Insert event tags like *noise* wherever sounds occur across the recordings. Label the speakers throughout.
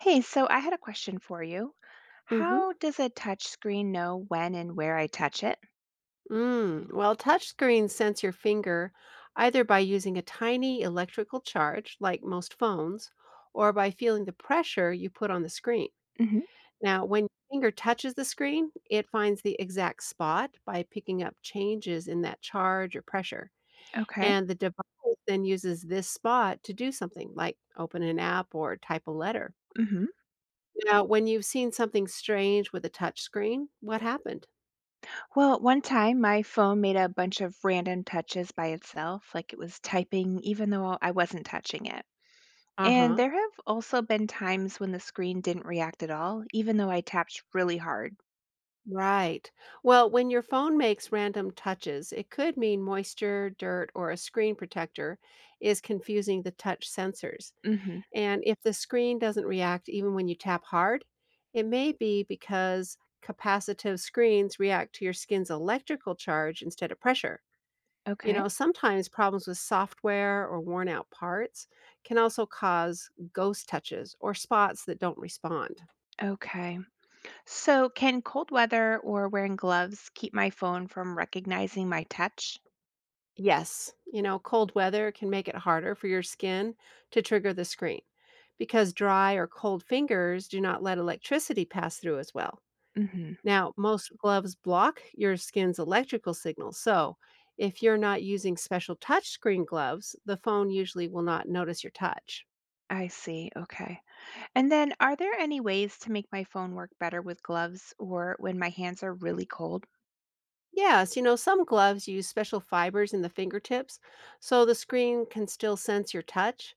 Speaker 1: Hey, so I had a question for you.
Speaker 2: Mhm.
Speaker 1: How does a touch screen know when and where I touch it?
Speaker 2: Mm. Well, touchscreens sense your finger either by using a tiny electrical charge, like most phones, or by feeling the pressure you put on the screen.
Speaker 1: hmm
Speaker 2: Now, when your finger touches the screen, it finds the exact spot by picking up changes in that charge or pressure.
Speaker 1: Okay.
Speaker 2: And the device then uses this spot to do something like open an app or type a letter.
Speaker 1: hmm
Speaker 2: Now, when you've seen something strange with a touch screen, what happened?
Speaker 1: Well, one time my phone made a bunch of random touches by itself, like it was typing even though I wasn't touching it.
Speaker 2: Uh
Speaker 1: And
Speaker 2: huh.
Speaker 1: there have also been times when the screen didn't react at all, even though I tapped really hard.
Speaker 2: Right. Well, when your phone makes random touches, it could mean moisture, dirt, or a screen protector is confusing the touch sensors.
Speaker 1: hmm
Speaker 2: And if the screen doesn't react even when you tap hard, it may be because capacitive screens react to your skin's electrical charge instead of pressure. You
Speaker 1: Okay.
Speaker 2: know, sometimes problems with software or worn out parts can also cause ghost touches or spots that don't respond.
Speaker 1: Okay. So, can cold weather or wearing gloves keep my phone from recognizing my touch?
Speaker 2: Yes, you know, cold weather can make it harder for your skin to trigger the screen because dry or cold fingers do not let electricity pass through as well.
Speaker 1: hmm
Speaker 2: Now, most gloves block your skin's electrical signals, so if you're not using special touch screen gloves, the phone usually will not notice your touch.
Speaker 1: I see. Okay. And then, are there any ways to make my phone work better with gloves or when my hands are really cold?
Speaker 2: Yes, you know, some gloves use special fibers in the fingertips so the screen can still sense your touch,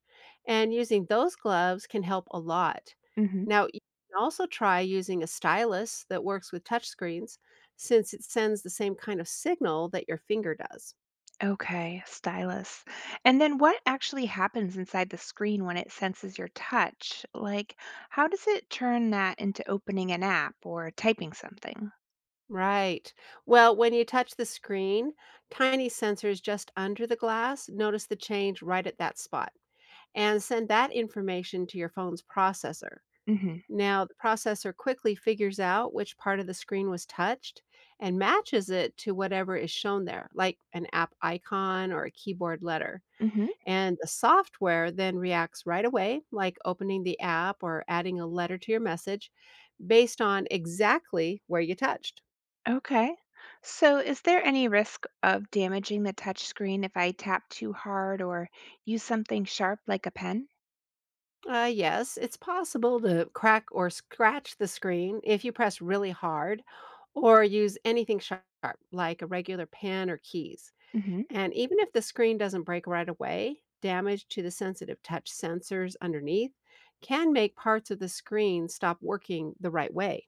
Speaker 2: and using those gloves can help a lot.
Speaker 1: hmm
Speaker 2: Now, you can also try using a stylus that works with touch screens since it sends the same kind of signal that your finger does.
Speaker 1: Okay, stylus. And then, what actually happens inside the screen when it senses your touch? Like, how does it turn that into opening an app or typing something?
Speaker 2: Right. Well, when you touch the screen, tiny sensors just under the glass notice the change right at that spot and send that information to your phone's processor.
Speaker 1: hmm
Speaker 2: Now, the processor quickly figures out which part of the screen was touched and matches it to whatever is shown there, like an app icon or a keyboard letter.
Speaker 1: hmm
Speaker 2: And the software then reacts right away, like opening the app or adding a letter to your message based on exactly where you touched.
Speaker 1: Okay. So, is there any risk of damaging the touch screen if I tap too hard or use something sharp like a pen?
Speaker 2: Yes, it's possible to crack or scratch the screen if you press really hard or use anything sharp, like a regular pen or keys.
Speaker 1: hmm
Speaker 2: And even if the screen doesn't break right away, damage to the sensitive touch sensors underneath can make parts of the screen stop working the right way.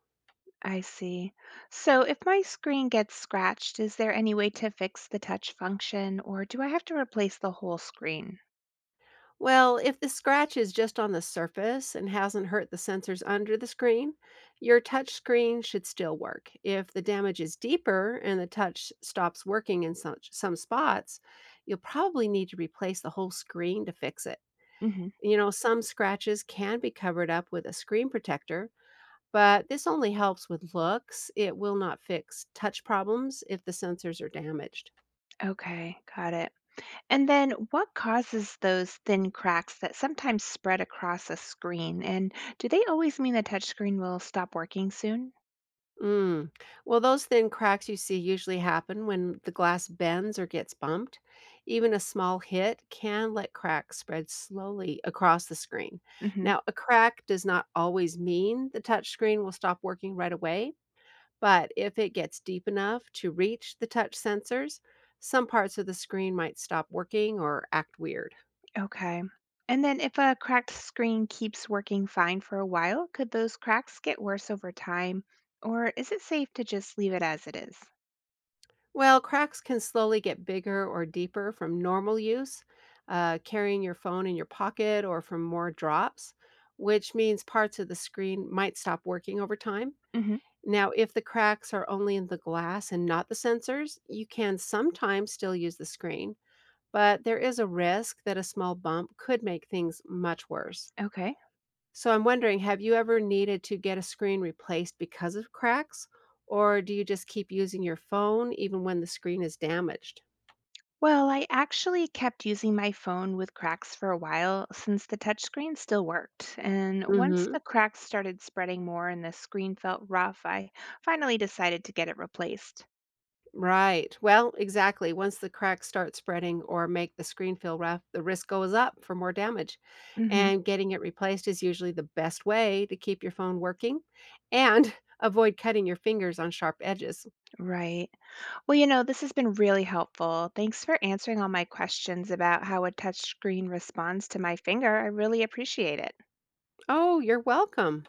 Speaker 1: I see. So if my screen gets scratched, is there any way to fix the touch function or do I have to replace the whole screen?
Speaker 2: Well, if the scratch is just on the surface and hasn't hurt the sensors under the screen, your touch screen should still work. If the damage is deeper and the touch stops working in such, some spots, you'll probably need to replace the whole screen to fix it.
Speaker 1: hmm
Speaker 2: You know, some scratches can be covered up with a screen protector, but this only helps with looks. It will not fix touch problems if the sensors are damaged.
Speaker 1: Okay, got it. And then what causes those thin cracks that sometimes spread across a screen? And do they always mean the touch screen will stop working soon?
Speaker 2: Mm. Well, those thin cracks you see usually happen when the glass bends or gets bumped. Even a small hit can let cracks spread slowly across the screen.
Speaker 1: hmm
Speaker 2: Now, a crack does not always mean the touch screen will stop working right away, but if it gets deep enough to reach the touch sensors, some parts of the screen might stop working or act weird.
Speaker 1: Okay. And then if a cracked screen keeps working fine for a while, could those cracks get worse over time? Or is it safe to just leave it as it is?
Speaker 2: Well, cracks can slowly get bigger or deeper from normal use, carrying your phone in your pocket, or from more drops, which means parts of the screen might stop working over time.
Speaker 1: Mm-hmm.
Speaker 2: Now, if the cracks are only in the glass and not the sensors, you can sometimes still use the screen, but there is a risk that a small bump could make things much worse.
Speaker 1: Okay.
Speaker 2: So, I'm wondering, have you ever needed to get a screen replaced because of cracks, or do you just keep using your phone even when the screen is damaged?
Speaker 1: Well, I actually kept using my phone with cracks for a while since the touchscreen still worked. And once
Speaker 2: Mhm.
Speaker 1: the cracks started spreading more and the screen felt rough, I finally decided to get it replaced.
Speaker 2: Right. Well, exactly. Once the cracks start spreading or make the screen feel rough, the risk goes up for more damage.
Speaker 1: hmm
Speaker 2: And getting it replaced is usually the best way to keep your phone working and *laughs* avoid cutting your fingers on sharp edges.
Speaker 1: Right. Well, this has been really helpful. Thanks for answering all my questions about how a touchscreen responds to my finger. I really appreciate it.
Speaker 2: Oh, you're welcome.